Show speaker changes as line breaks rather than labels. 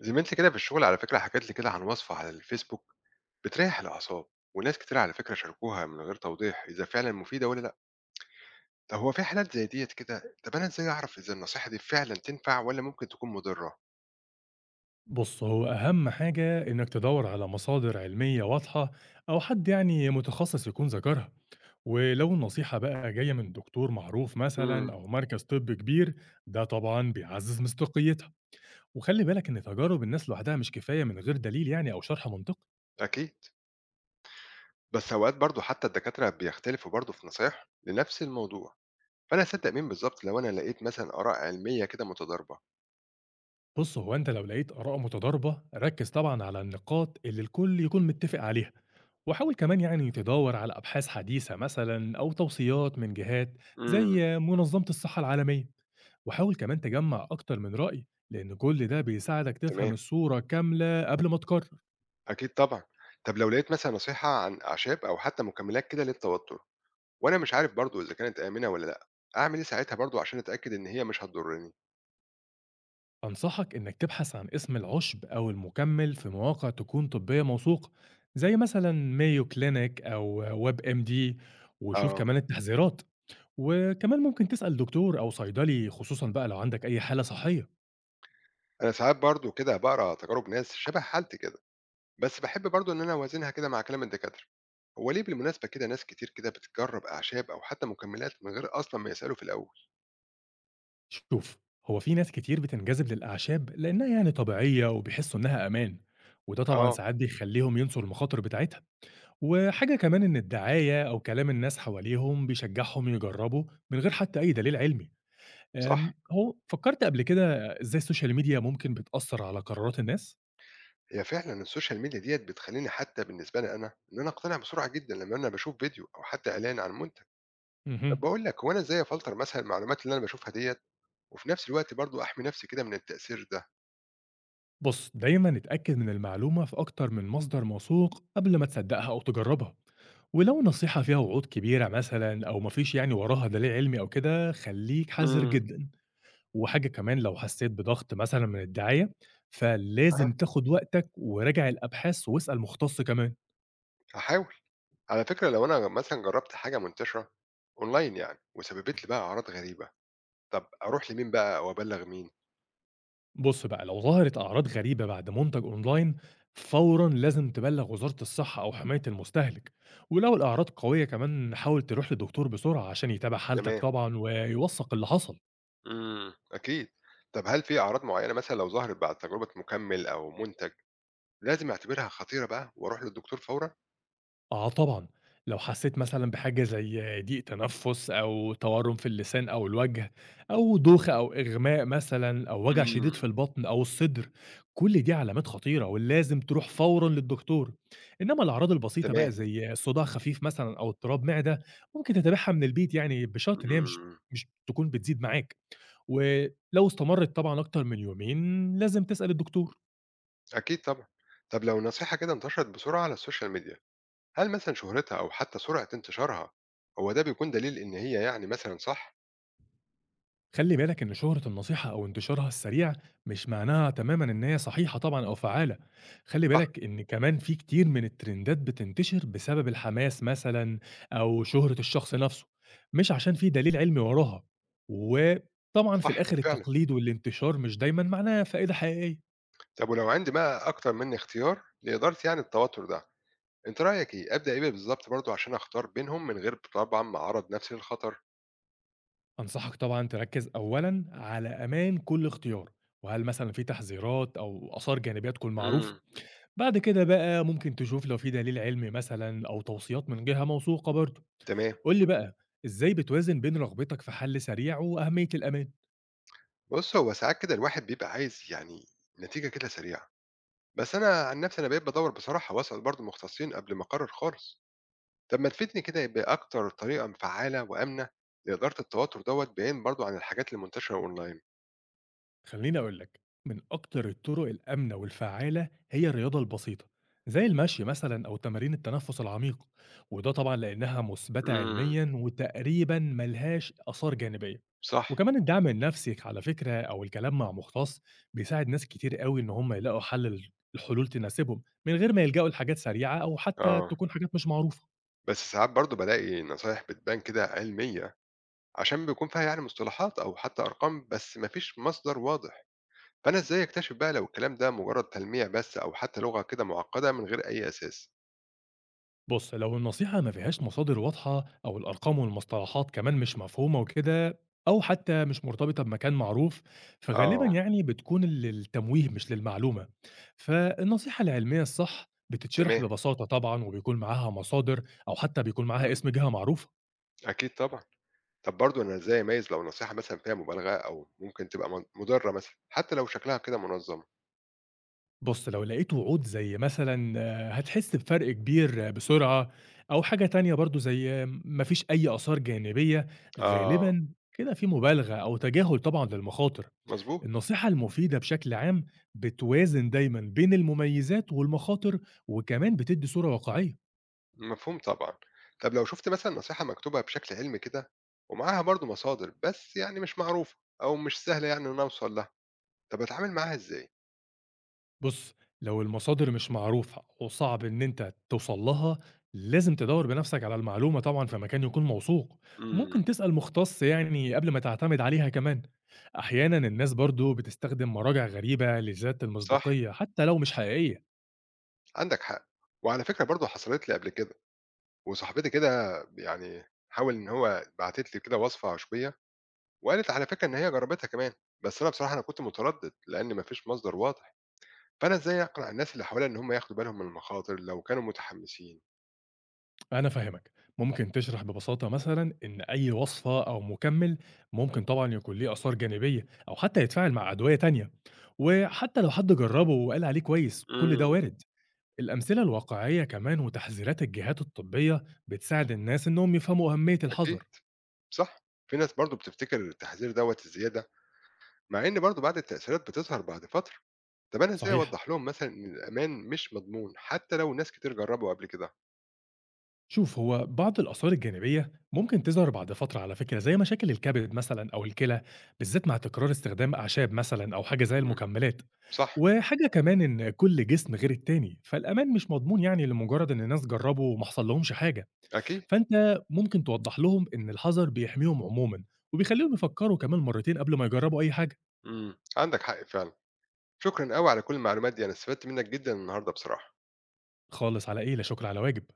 زميلتي كده في الشغل على فكرة حكت لي كده عن وصفة على الفيسبوك بتريح الأعصاب وناس كتير على فكرة شاركوها من غير توضيح إذا فعلا مفيدة ولا لأ. طب هو في حالات زي ديت كده، طب أنا إزاي أعرف إذا النصيحة دي فعلا تنفع ولا ممكن تكون مضرة؟
بُص، هو أهم حاجة إنك تدوّر على مصادر علمية واضحة أو حد يعني متخصص يكون ذكرها، ولو النصيحة بقى جاية من دكتور معروف مثلًا
امم.
أو مركز طبّي كبير، ده طبعًا بيعزّز مصداقيتها، وخلّي بالك إن تجارب الناس لوحدها مش كفاية من غير دليل يعني أو شرح منطقي.
أكيد. بس أوقات برضو حتى الدكاترة بيختلفوا برضو في نصايح لنفس الموضوع، فأنا أصدق مين بالظبط لو أنا لقيت مثلا آراء علمية كده متضاربة؟
بُص، هو أنت لو لقيت آراء متضاربة، ركّز طبعًا على النقاط اللي الكل يكون متّفق عليها، وحاول كمان يعني تدوّر على أبحاث حديثة مثلًا أو توصيات من جهات
امم.
زي منظمة الصحة العالمية. وحاول كمان تجمع أكتر من رأي لأن كل ده بيساعدك
تمام.
تفهم الصورة كاملة قبل ما تقرر.
أكيد طبعا. طب لو لقيت مثلا نصيحة عن أعشاب أو حتى مكملات كده للتوتر، وأنا مش عارف برضه إذا كانت آمنة والّا لأ، أعمل إيه ساعتها برضه عشان أتأكد إن هي مش هتضرني؟
أنصحك إنك تبحث عن اسم العشب أو المكمل في مواقع تكون طبية موثوقة زي مثلا مايو كلينيك أو ويب ام دي، وشوف
آه.
كمان التحذيرات، وكمان ممكن تسأل دكتور أو صيدلي خصوصا بقى لو عندك أي حالة صحية.
أنا ساعات برضه كده باقرا تجارب ناس شبه حالتي كده، بس باحب برضه إن أنا أوازنها كده مع كلام الدكاترة. هو ليه بالمناسبة كده ناس كتير كده بتجرب أعشاب أو حتى مكملات من غير أصلًا ما يسألوا في الأول؟
شوف، هو في ناس كتير بتنجذب للأعشاب لأنها يعني طبيعية وبيحسوا إنها أمان، وده طبعا
آه.
ساعات بيخليهم ينسوا المخاطر بتاعتها. وحاجة كمان إن الدعاية أو كلام الناس حواليهم بيشجعهم يجربوا من غير حتى أي دليل علمي.
صح.
هو فكرت قبل كده إزاي السوشيال ميديا ممكن بتأثر على قرارات الناس؟
هي فعلًا السوشيال ميديا ديّة بتخلّيني حتى بالنسبة لي أنا، إن أنا أقتنع بسرعة جدًا لمّا أنا باشوف فيديو أو حتى إعلان عن منتج. طب
مهم.
باقول لك، هو أنا إزاي أفلتر مثلًا المعلومات اللي أنا باشوفها ديّة، وفي نفس الوقت برضه أحمي نفسي كده من التأثير ده؟
بص دايما اتأكد من المعلومة في أكتر من مصدر موثوق قبل ما تصدقها أو تجربها، ولو نصيحة فيها وعود كبيرة مثلا أو مفيش يعني وراها دليل علمي أو كده خليك حذر
إمم.
جدا. وحاجة كمان لو حسيت بضغط مثلا من الدعاية
أها.
فلازم تاخد وقتك وراجع الأبحاث واسأل مختص كمان.
هاحاول. على فكرة لو أنا مثلًا جرّبت حاجة منتشرة أونلاين يعني وسببت لي بقى أعراض غريبة، طب أروح لمين بقى أو أبلّغ مين؟
بُص بقى، لو ظهرت أعراض غريبة بعد منتج أونلاين، فورًا لازم تبلّغ وزارة الصحة أو حماية المستهلك، ولو الأعراض قوية كمان حاول تروح لدكتور بسرعة عشان يتابع حالتك
تمام.
طبعًا ويوثّق اللي حصل.
إمم، أكيد. طب هل في أعراض معيّنة مثلًا لو ظهرت بعد تجربة مُكمِّل أو مُنتَج لازم أعتبرها خطيرة بقى وأروح للدكتور فورًا؟
آه طبعًا، لو حسّيت مثلًا بحاجة زي ضيق تنفُّس أو تورُّم في اللسان أو الوجه أو دوخة أو إغماء مثلًا أو وجع شديد
إمم.
في البطن أو الصدر، كل دي علامات خطيرة ولازم تروح فورًا للدكتور، إنّما الأعراض البسيطة
تمام.
بقى زي صداع خفيف مثلًا أو اضطراب معدة، ممكن تتابعها من البيت يعني بشرط إن هي مش
إمم.
مش تكون بتزيد معاك، ولو استمرِّت طبعًا أكتر من يومين لازم تسأل الدكتور.
أكيد طبعًا. طب لو النصيحة كده انتشرت بسرعة على السوشيال ميديا، هل مثلًا شهرتها أو حتى سرعة انتشارها هو ده بيكون دليل إن هي يعني مثلًا صح؟
خلّي بالك إن شهرة النصيحة أو انتشارها السريع مش معناها تمامًا إن هي صحيحة طبعًا أو فعّالة، خلّي
صح.
بالك إن كمان في كتير من الترندات بتنتشر بسبب الحماس مثلًا أو شهرة الشخص نفسه، مش عشان في دليل علمي وراها، وطبعًا في
صح
الآخر
فعلًا.
التقليد والانتشار مش دايمًا معناه فائدة حقيقية.
طب ولو عندي بقى أكتر من اختيار لإدارة يعني التوتر ده، أنت رأيك إيه؟ أبدأ إيه بالضبط برضه عشان أختار بينهم من غير طبعًا ما أعرّض نفسي للخطر؟
أنصحك طبعًا تركّز أولًا على أمان كل اختيار، وهل مثلًا في تحذيرات أو آثار جانبية تكون معروفة.
امم.
بعد كده بقى ممكن تشوف لو في دليل علمي مثلا أو توصيات من جهة موثوقة برضه.
تمام.
قول لي بقى، إزاي بتوازن بين رغبتك في حل سريع وأهمية الأمان؟
بُص هو ساعات كده الواحد بيبقى عايز يعني نتيجة كده سريعة، بس أنا عن نفسي أنا بقيت بادوّر بصراحة وأسأل برضه مختصين قبل ما أقرر خالص. طب ما تفيدني كده بأكتر طريقة فعّالة وآمنة لإدارة التوتر دوّة بعيدًا برضه عن الحاجات المنتشرة أونلاين؟
خليني أقول لك، من أكتر الطرق الآمنة والفعالة هي الرياضة البسيطة زي المشي مثلا أو تمارين التنفس العميق، وده طبعا لأنها مثبتة
امم.
علميا وتقريبا ملهاش آثار جانبية.
صح.
وكمان الدعم النفسي على فكرة أو الكلام مع مختص بيساعد ناس كتير قوي إن هم يلاقوا حل، الحلول تناسبهم من غير ما يلجأوا لحاجات سريعة أو حتى
آه.
تكون حاجات مش معروفة.
بس ساعات برضه بالاقي نصايح بتبان كده علمية عشان بيكون فيها يعني مصطلحات أو حتى أرقام بس مفيش مصدر واضح، فأنا إزاي أكتشف بقى لو الكلام ده مجرد تلميع بس أو حتى لغة كده معقدة من غير أي أساس؟
بُص، لو النصيحة ما فيهاش مصادر واضحة أو الأرقام والمصطلحات كمان مش مفهومة وكده، أو حتى مش مرتبطة بمكان معروف، فغالبًا
آه.
يعني بتكون للتمويه مش للمعلومة. فالنصيحة العلمية الصح بتتشرح
تمام.
ببساطة طبعًا وبيكون معاها مصادر، أو حتى بيكون معاها
مم.
اسم جهة معروفة.
أكيد طبعا. طب برضه أنا إزاي أميز لو نصيحة مثلا فيها مبالغة أو ممكن تبقى مضرة مثلا حتى لو شكلها كده منظم؟
بُص، لو لقيت وعود زي مثلًا آه، هتحس بفرق كبير آه، بسرعة، أو حاجة تانية برضه زي ما فيش أي آثار جانبية،
آه.
غالبًا كده في مبالغة أو تجاهل طبعًا للمخاطر.
مظبوط.
النصيحة المفيدة بشكل عام بتوازن دايما بين المميزات والمخاطر، وكمان بتدي صورة واقعية.
مفهوم طبعا. طب لو شفت مثلا نصيحة مكتوبة بشكل علمي كده ومعاها برضه مصادر بس يعني مش معروفة، أو مش سهلة يعني إن أنا أوصل لها، طب أتعامل معاها إزاي؟
بص، لو المصادر مش معروفة وصعب ان انت توصل لها، لازم تدور بنفسك على المعلومة طبعا في مكان يكون موثوق.
امم.
ممكن تسأل مختص يعني قبل ما تعتمد عليها كمان. أحيانا الناس برضو بتستخدم مراجع غريبة لذات
صح.
المصداقية حتى لو مش حقيقية.
عندك حق. وعلى فكرة برضه حصلت لي قبل كده، وصاحبتي كده يعني حاول إن هو بعتت لي كده وصفة عشوائية، وقالت على فكرة إن هي جربتها كمان، بس أنا بصراحة أنا كنت متردد لأن ما فيش مصدر واضح، فأنا إزاي أقنع الناس اللي حواليا إن هم ياخدوا بالهم من المخاطر لو كانوا متحمسين؟
أنا فاهمك، ممكن تشرح ببساطة مثلًا إن أي وصفة أو مُكمِّل ممكن طبعًا يكون ليه آثار جانبية أو حتى يتفاعل مع أدوية تانية، وحتى لو حد جرّبه وقال عليه كويس كل ده
امم.
وارد. الأمثلة الواقعية كمان وتحذيرات الجهات الطبية بتساعد الناس إنهم يفهموا أهمية
أكيد.
الحذر.
صح. في ناس برضه بتفتكر التحذير دوت الزيادة، مع إن برضه بعد التأثيرات بتظهر بعد فترة، طب أنا إزاي
صحيح.
أوضح لهم مثلا إن الأمان مش مضمون حتى لو ناس كتير جربوا قبل كده؟
شوف، هو بعض الآثار الجانبية ممكن تظهر بعد فترة على فكرة زي مشاكل الكبد مثلا أو الكلى، بالذات مع تكرار استخدام أعشاب مثلا أو حاجة زي
امم.
المكملات.
صح.
وحاجة كمان إن كل جسم غير التاني فالأمان مش مضمون يعني لمجرد إن الناس جربوا وما حصل لهمش حاجة.
أكيد.
فأنت ممكن توضح لهم إن الحذر بيحميهم عموما، وبيخليهم يفكروا كمان مرتين قبل ما يجربوا أي حاجة.
إمم، عندك حق فعلًا. شكرًا أوي على كل المعلومات دي، أنا استفدت منك جدًا النهارده بصراحة.
خالص، على إيه؟ لا شكر على واجب.